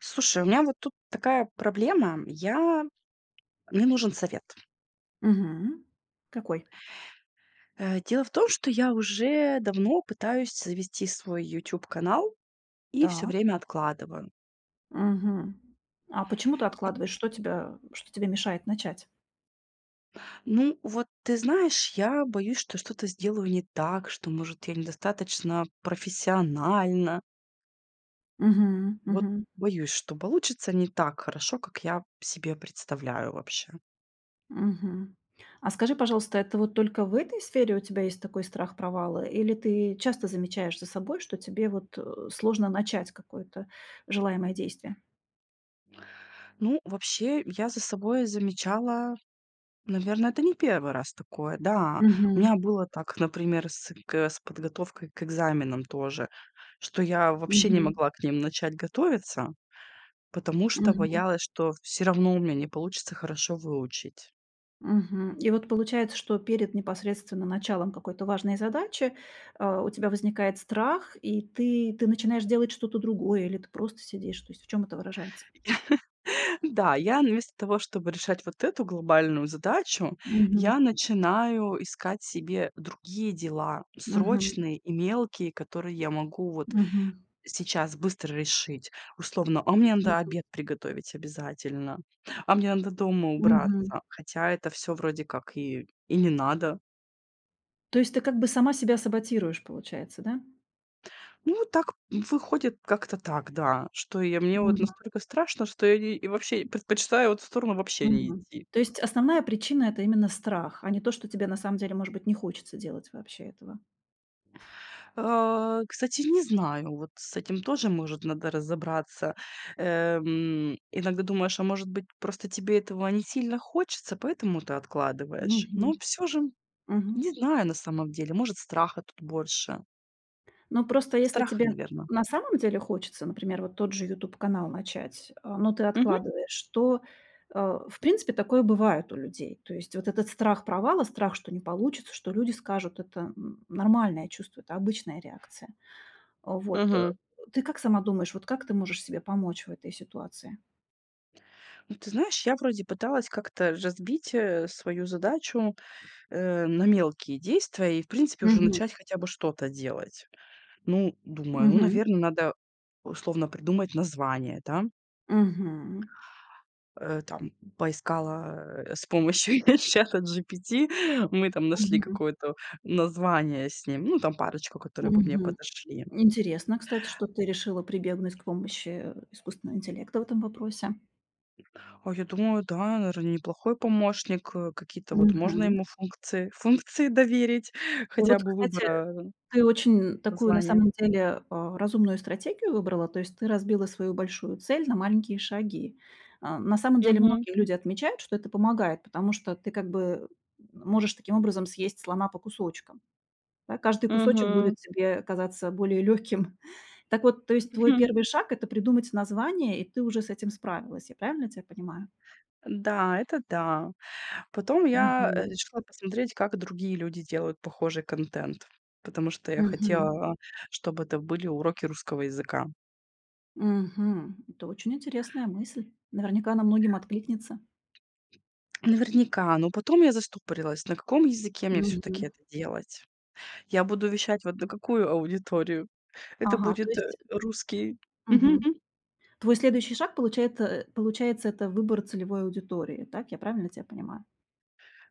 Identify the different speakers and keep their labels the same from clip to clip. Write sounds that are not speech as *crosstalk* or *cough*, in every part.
Speaker 1: Слушай, у меня вот тут такая проблема. Я Мне нужен совет.
Speaker 2: Мгм. Какой?
Speaker 1: Дело в том, что я уже давно пытаюсь завести свой YouTube канал и все
Speaker 2: Так.
Speaker 1: время откладываю.
Speaker 2: Мгм. А почему ты
Speaker 1: Вот,
Speaker 2: откладываешь? Что тебе мешает начать?
Speaker 1: ну, вот ты знаешь, я боюсь, что что-то сделаю не так, что, может, я недостаточно профессионально.
Speaker 2: Мгм,
Speaker 1: Вот
Speaker 2: мгм,
Speaker 1: боюсь, что получится не так хорошо, как я себе представляю вообще.
Speaker 2: мгм. А скажи, пожалуйста, это вот только в этой сфере у тебя есть такой страх провала, или ты часто замечаешь за собой, что тебе вот, сложно начать какое-то желаемое действие?
Speaker 1: Ну, вообще, я за собой замечала. Наверное, это не первый раз такое, да. У
Speaker 2: Мгм,
Speaker 1: меня было так, например, с подготовкой к экзаменам тоже, что я вообще не
Speaker 2: мгм,
Speaker 1: могла к ним начать готовиться, потому что
Speaker 2: мгм.
Speaker 1: боялась, что все равно у меня не получится хорошо выучить.
Speaker 2: Мгм. И вот получается, что перед непосредственно началом какой-то важной задачи, у тебя возникает страх, и ты начинаешь делать что-то другое, или ты просто сидишь. То есть в чем это выражается?
Speaker 1: *laughs* Да, я вместо того, чтобы решать вот эту глобальную задачу, я начинаю искать себе другие дела,
Speaker 2: Мгм.
Speaker 1: срочные и мелкие, которые я могу вот
Speaker 2: Мгм.
Speaker 1: сейчас быстро решить. Условно: "А мне надо
Speaker 2: Мгм.
Speaker 1: обед приготовить обязательно, а мне надо дома
Speaker 2: Мгм.
Speaker 1: убраться". Хотя это все вроде как и не надо.
Speaker 2: То есть ты как бы сама себя саботируешь, получается, да?
Speaker 1: Ну, вот так выходит как-то так, да, что я мне вот
Speaker 2: Мгм.
Speaker 1: настолько страшно, что я не и вообще предпочитаю вот в сторону вообще не
Speaker 2: Мгм.
Speaker 1: идти.
Speaker 2: То есть основная причина — это именно страх, а не то, что тебе на самом деле, может быть, не хочется делать вообще этого.
Speaker 1: А, кстати, не знаю, вот с этим тоже, может, надо разобраться. Иногда думаешь, а может быть, просто тебе этого не сильно хочется, поэтому ты откладываешь.
Speaker 2: Мгм.
Speaker 1: Но все же
Speaker 2: Мгм.
Speaker 1: не знаю, на самом деле. Может, страха тут больше.
Speaker 2: Ну, просто если
Speaker 1: Страха,
Speaker 2: тебе
Speaker 1: наверно.
Speaker 2: на самом деле хочется, например, вот тот же YouTube канал начать, но ты
Speaker 1: Мгм,
Speaker 2: откладываешь, то, э, в принципе, такое бывает у людей. То есть вот этот страх провала, страх, что не получится, что люди скажут — это, нормальное чувство, это обычная реакция. А, вот, э,
Speaker 1: мгм.
Speaker 2: ты как сама думаешь, вот как ты можешь себе помочь в этой ситуации?
Speaker 1: Ну, ты знаешь, я вроде пыталась как-то разбить, свою задачу, на мелкие действия и, в принципе, уже
Speaker 2: Мгм.
Speaker 1: начать хотя бы что-то делать. Ну, думаю, ну,
Speaker 2: Мгм.
Speaker 1: наверное, надо условно придумать название, да.
Speaker 2: Мгм.
Speaker 1: Там поискала, с помощью *laughs* чата GPT, мы там нашли
Speaker 2: Мгм.
Speaker 1: какое-то название с ним, ну, там парочку, которые бы мне
Speaker 2: Мгм.
Speaker 1: подошли.
Speaker 2: Интересно, кстати, что ты решила прибегнуть к помощи искусственного интеллекта в этом вопросе.
Speaker 1: А я думаю, да, наверное, неплохой помощник. Какие-то вот можно
Speaker 2: Мгм.
Speaker 1: ему функции доверить, *laughs*
Speaker 2: И
Speaker 1: хотя
Speaker 2: вот,
Speaker 1: бы
Speaker 2: кстати,
Speaker 1: выбора
Speaker 2: ты очень такую, на
Speaker 1: звания.
Speaker 2: самом деле, разумную стратегию выбрала. То есть ты разбила свою большую цель на маленькие шаги. На самом деле
Speaker 1: Мгм.
Speaker 2: многие люди отмечают, что это помогает, потому что ты как бы можешь таким образом съесть слона по кусочкам. Да, каждый кусочек
Speaker 1: Мгм.
Speaker 2: будет тебе казаться более легким. *laughs* Так вот, то есть твой первый
Speaker 1: *laughs*
Speaker 2: шаг — это придумать название, и ты уже с этим справилась. Я правильно тебя понимаю?
Speaker 1: Да, это да. Потом я,
Speaker 2: Мгм.
Speaker 1: решила посмотреть, как другие люди делают похожий контент, потому что я
Speaker 2: Мгм.
Speaker 1: хотела, чтобы это были уроки русского языка.
Speaker 2: Мгм. Это очень интересная мысль. Наверняка она многим откликнется.
Speaker 1: Наверняка, но потом я застопорилась, на каком языке мне все таки
Speaker 2: Мгм.
Speaker 1: это делать. Я буду вещать вот на какую аудиторию? Это
Speaker 2: Ага, то
Speaker 1: будет,
Speaker 2: есть
Speaker 1: русский. *laughs* Мгм.
Speaker 2: мгм. Твой следующий шаг получается, это выбор целевой аудитории. Так, я правильно тебя понимаю?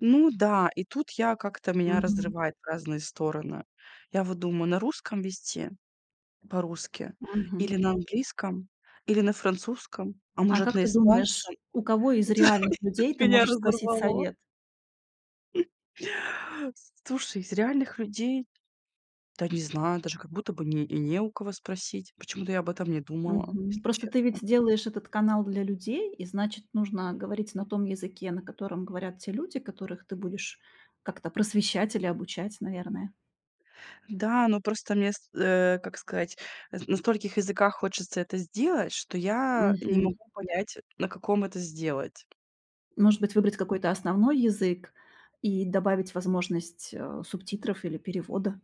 Speaker 1: Ну да, и тут я как-то меня
Speaker 2: Мгм,
Speaker 1: разрывает в разные стороны. Я вот думаю, на русском вести по-русски или
Speaker 2: мгм.
Speaker 1: на английском, или на французском, а
Speaker 2: А
Speaker 1: может,
Speaker 2: как
Speaker 1: на
Speaker 2: ты
Speaker 1: испанском.
Speaker 2: думаешь, у кого из
Speaker 1: И тут
Speaker 2: реальных людей
Speaker 1: *laughs*
Speaker 2: ты
Speaker 1: меня
Speaker 2: можешь спросить
Speaker 1: разорвало.
Speaker 2: совет?
Speaker 1: Слушай, из реальных людей, да не знаю, даже как будто бы не у кого спросить. Почему-то я об этом не думала,
Speaker 2: Мгм.
Speaker 1: если
Speaker 2: Просто ты
Speaker 1: честно.
Speaker 2: ведь делаешь этот канал для людей, и значит, нужно говорить на том языке, на котором говорят те люди, которых ты будешь как-то просвещать или обучать, наверное.
Speaker 1: Да, но просто мне, как сказать, на стольких языках хочется это сделать, что я не
Speaker 2: Мгм.
Speaker 1: могу понять, на каком это сделать.
Speaker 2: Может быть, выбрать какой-то основной язык и добавить возможность, субтитров или перевода.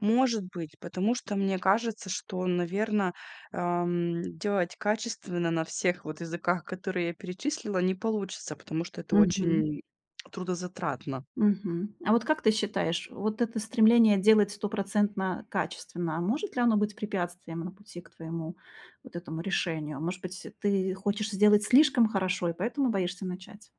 Speaker 1: Может быть, потому что мне кажется, что, наверное, делать качественно на всех вот языках, которые я перечислила, не получится, потому что это
Speaker 2: Мгм.
Speaker 1: очень трудозатратно.
Speaker 2: Мгм. А вот как ты считаешь, вот это стремление делать стопроцентно качественно, а может ли оно быть препятствием на пути к твоему вот этому решению? Может быть, ты хочешь сделать слишком хорошо и поэтому боишься начать?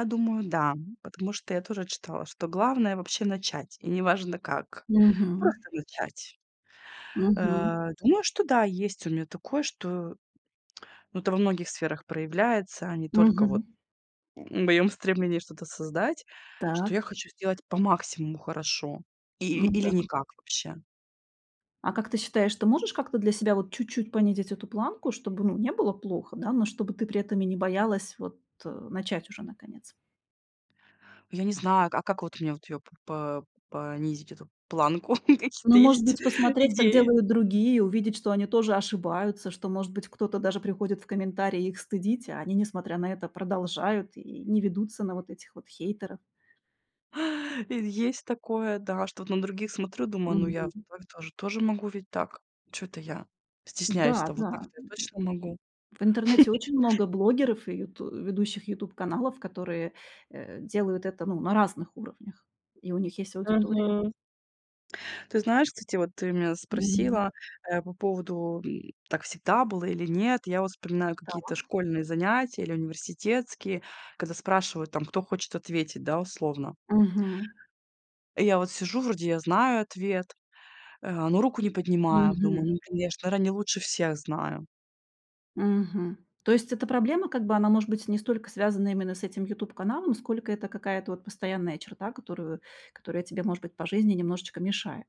Speaker 1: Я думаю, да, потому что я тоже читала, что главное вообще начать, и неважно как,
Speaker 2: Мгм.
Speaker 1: просто начать.
Speaker 2: Мгм.
Speaker 1: Думаю, что да, есть у меня такое, что ну, это во многих сферах проявляется, а не только
Speaker 2: Мгм.
Speaker 1: вот моем стремлении что-то создать, что я
Speaker 2: Так.
Speaker 1: хочу сделать по максимуму хорошо. И
Speaker 2: Ну
Speaker 1: или
Speaker 2: да.
Speaker 1: никак вообще.
Speaker 2: А как ты считаешь, ты можешь как-то для себя вот чуть-чуть понизить эту планку, чтобы, ну, не было плохо, да, но чтобы ты при этом и не боялась вот, начать уже наконец?
Speaker 1: Я не знаю, а как вот мне вот ее п по понизить, эту планку? *laughs* Какие-то
Speaker 2: Ну, может
Speaker 1: есть
Speaker 2: быть, посмотреть, как
Speaker 1: идеи?
Speaker 2: делают другие, увидеть, что они тоже ошибаются, что, может быть, кто-то даже приходит в комментарии их стыдить, а они, несмотря на это, продолжают и не ведутся на вот этих вот хейтеров.
Speaker 1: *laughs* И есть такое, да, что вот на других смотрю, думаю: "Ну, я
Speaker 2: Мгм.
Speaker 1: так тоже могу ведь так. Что это я
Speaker 2: Да,
Speaker 1: стесняюсь-то? Вот
Speaker 2: да.
Speaker 1: так-то я точно могу".
Speaker 2: В интернете очень много блогеров и юту ведущих YouTube каналов которые, делают это, ну, на разных уровнях, и у них есть аудитория.
Speaker 1: *laughs* Ты знаешь, кстати, вот ты меня
Speaker 2: Мгм.
Speaker 1: спросила, по поводу, так всегда было или нет. Я вот вспоминаю какие-то
Speaker 2: Так.
Speaker 1: школьные занятия или университетские, когда спрашивают там, кто хочет ответить, да, условно.
Speaker 2: Мгм.
Speaker 1: И я вот сижу, вроде я знаю ответ, но руку не поднимаю.
Speaker 2: Мгм.
Speaker 1: Думаю, ну, конечно, наверно, не лучше всех знаю.
Speaker 2: Мгм. То есть эта проблема, как бы, она, может быть, не столько связана именно с этим YouTube каналом сколько это какая-то вот постоянная черта, которую которая тебе, может быть, по жизни немножечко мешает.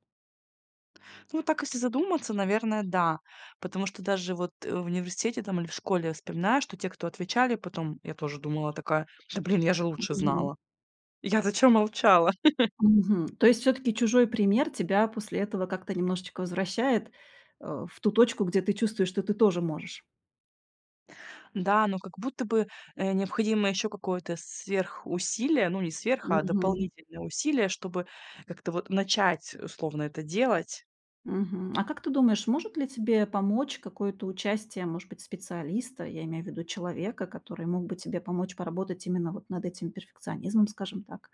Speaker 1: Ну, вот так если задуматься, наверное, да. Потому что даже вот, в университете там или в школе я вспоминаю, что те, кто отвечали потом, я тоже думала такая: "Да блин, я же лучше
Speaker 2: Мгм.
Speaker 1: знала. Я зачем молчала?"
Speaker 2: Мгм. То есть все таки чужой пример тебя после этого как-то немножечко возвращает, в ту точку, где ты чувствуешь, что ты тоже можешь.
Speaker 1: Да, но как будто бы, необходимо еще какое-то сверхусилие, ну, не сверх, а
Speaker 2: Мгм.
Speaker 1: дополнительное усилие, чтобы как-то вот начать условно это делать.
Speaker 2: Мгм. А как ты думаешь, может ли тебе помочь какое-то участие, может быть, специалиста, я имею в виду человека, который мог бы тебе помочь поработать именно вот над этим перфекционизмом, скажем так?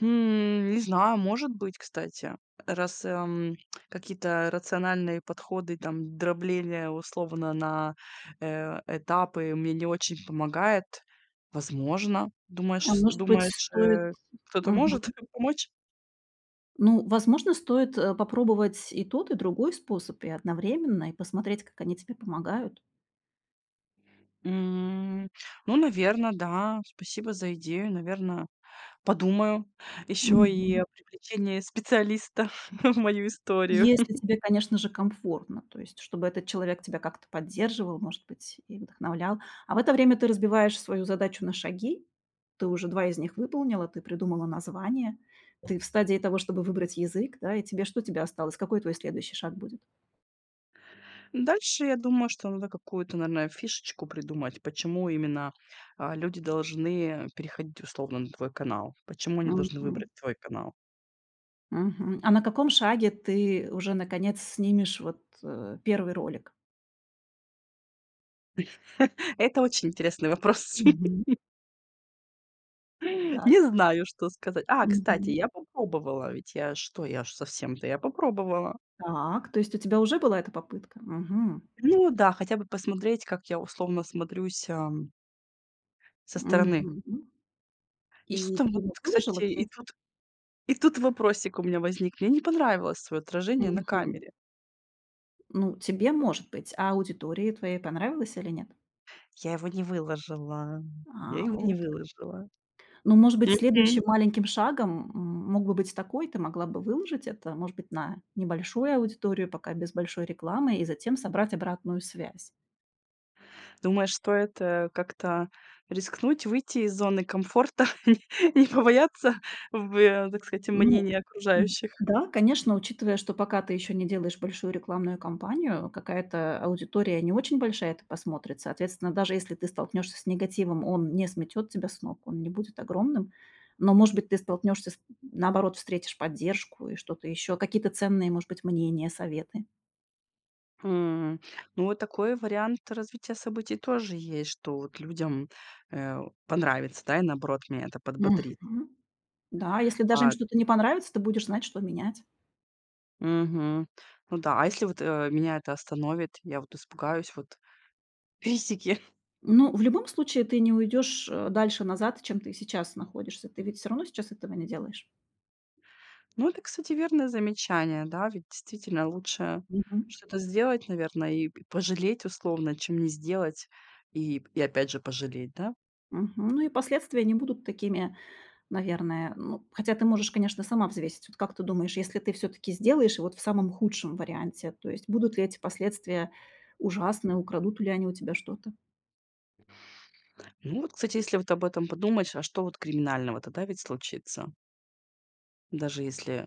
Speaker 1: Хм, не знаю, может быть, кстати. Раз, какие-то рациональные подходы, там, дробление условно на, этапы мне не очень помогает, возможно. Думаешь
Speaker 2: А
Speaker 1: с
Speaker 2: может быть,
Speaker 1: думаешь,
Speaker 2: стоит.
Speaker 1: кто-то
Speaker 2: Мгм.
Speaker 1: может *laughs* помочь?
Speaker 2: Ну, возможно, стоит, попробовать и тот, и другой способ, и одновременно, и посмотреть, как они тебе помогают.
Speaker 1: М, ну, наверное, да. Спасибо за идею, наверное. Подумаю. Еще
Speaker 2: Мгм.
Speaker 1: и привлечение специалиста *laughs* в мою историю.
Speaker 2: Если тебе, конечно же, комфортно, то есть чтобы этот человек тебя как-то поддерживал, может быть, и вдохновлял. А в это время ты разбиваешь свою задачу на шаги. Ты уже 2 из них выполнила, ты придумала название, ты в стадии того, чтобы выбрать язык, да, и тебе осталось? Какой твой следующий шаг будет?
Speaker 1: Дальше я думаю, что надо какую-то, наверное, фишечку придумать, почему именно, люди должны переходить условно на твой канал. Почему они должны
Speaker 2: Мгм.
Speaker 1: выбрать твой канал?
Speaker 2: Мгм. А на каком шаге ты уже наконец снимешь вот, 1 ролик?
Speaker 1: *laughs* Это очень интересный вопрос. *laughs*
Speaker 2: Мгм. Так.
Speaker 1: Не знаю, что сказать. А, кстати,
Speaker 2: Мгм.
Speaker 1: я попробовала, ведь я что, я ж совсем-то я попробовала.
Speaker 2: Так, то есть у тебя уже была эта попытка? Мгм.
Speaker 1: Ну да, хотя бы посмотреть, как я условно смотрюсь, со стороны.
Speaker 2: Мгм.
Speaker 1: И что
Speaker 2: И
Speaker 1: там,
Speaker 2: ты
Speaker 1: вот,
Speaker 2: его
Speaker 1: кстати,
Speaker 2: выложила в
Speaker 1: и
Speaker 2: сеть?
Speaker 1: тут И тут вопросик у меня возник. Мне не понравилось свое отражение на
Speaker 2: Мгм.
Speaker 1: камере.
Speaker 2: Ну, тебе, может быть, аудитории твоей понравилось или нет?
Speaker 1: Я его не выложила. Я
Speaker 2: А,
Speaker 1: его не
Speaker 2: вот как.
Speaker 1: выложила.
Speaker 2: Ну, может быть,
Speaker 1: Мгм.
Speaker 2: следующим маленьким шагом, мог бы быть такой: ты могла бы выложить это, может быть, на небольшую аудиторию, пока без большой рекламы, и затем собрать обратную связь.
Speaker 1: Думаешь, стоит, как-то рискнуть, выйти из зоны комфорта *laughs* и побояться, так сказать,
Speaker 2: Ну
Speaker 1: мнения окружающих?
Speaker 2: да, конечно, учитывая, что пока ты еще не делаешь большую рекламную кампанию, какая-то аудитория не очень большая это посмотрит. Соответственно, даже если ты столкнешься с негативом, он не сметет тебя с ног, он не будет огромным. Но, может быть, ты столкнешься, наоборот, встретишь поддержку и что-то еще, какие-то ценные, может быть, мнения, советы.
Speaker 1: М, ну, вот такой вариант развития событий тоже есть, что вот людям, э, понравится, да, и наоборот меня это подбодрит.
Speaker 2: Мгм. Да, если даже им
Speaker 1: А,
Speaker 2: что-то не понравится, ты будешь знать, что менять.
Speaker 1: мгм. Ну да, а если вот, меня это остановит, я вот испугаюсь, вот: "Песики!"
Speaker 2: Ну, в любом случае, ты не уйдешь дальше назад, чем ты сейчас находишься. Ты ведь все равно сейчас этого не делаешь.
Speaker 1: Ну, это, кстати, верное замечание, да, ведь действительно лучше
Speaker 2: Мгм.
Speaker 1: что-то сделать, наверное, и п пожалеть условно, чем не сделать и опять же пожалеть, да.
Speaker 2: Мгм. Ну и последствия не будут такими, наверное. Ну, хотя ты можешь, конечно, сама взвесить. Вот как ты думаешь, если ты все-таки сделаешь, и вот в самом худшем варианте, то есть будут ли эти последствия ужасные, украдут ли они у тебя что-то?
Speaker 1: Ну вот, кстати, если вот об этом подумать, а что вот криминального-то, да, ведь случится? Даже если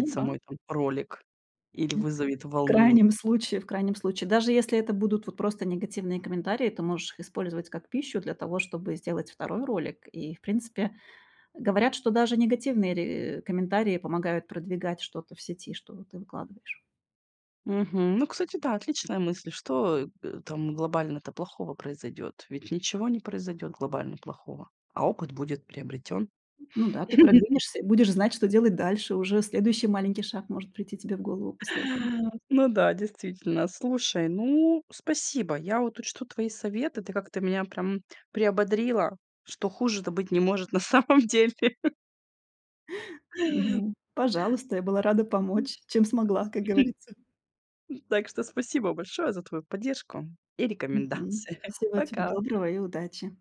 Speaker 2: Ну да.
Speaker 1: мой там ролик или
Speaker 2: м,
Speaker 1: вызовет
Speaker 2: В
Speaker 1: волну.
Speaker 2: крайнем случае, в крайнем случае. Даже если это будут вот просто негативные комментарии, ты можешь их использовать как пищу для того, чтобы сделать второй ролик. И, в принципе, говорят, что даже негативные комментарии помогают продвигать что-то в сети, что ты выкладываешь.
Speaker 1: Мгм. Ну, кстати, да, отличная мысль. Что, там глобально-то плохого произойдет? Ведь ничего не произойдет глобально плохого, а опыт будет приобретен.
Speaker 2: Ну да, ты
Speaker 1: *laughs*
Speaker 2: продвинешься и будешь знать, что делать дальше. Уже следующий маленький шаг может прийти тебе в голову после этого.
Speaker 1: Ну да, действительно. Слушай, ну, спасибо. Я вот учту твои советы. Ты как-то меня прям приободрила, что хуже-то быть не может *laughs* на самом деле.
Speaker 2: Ну,
Speaker 1: *laughs*
Speaker 2: пожалуйста, я была рада помочь, чем смогла, как говорится.
Speaker 1: Так что спасибо большое за твою поддержку и
Speaker 2: Мгм.
Speaker 1: рекомендации. *laughs*
Speaker 2: Всего тебе
Speaker 1: Пока.
Speaker 2: доброго и удачи.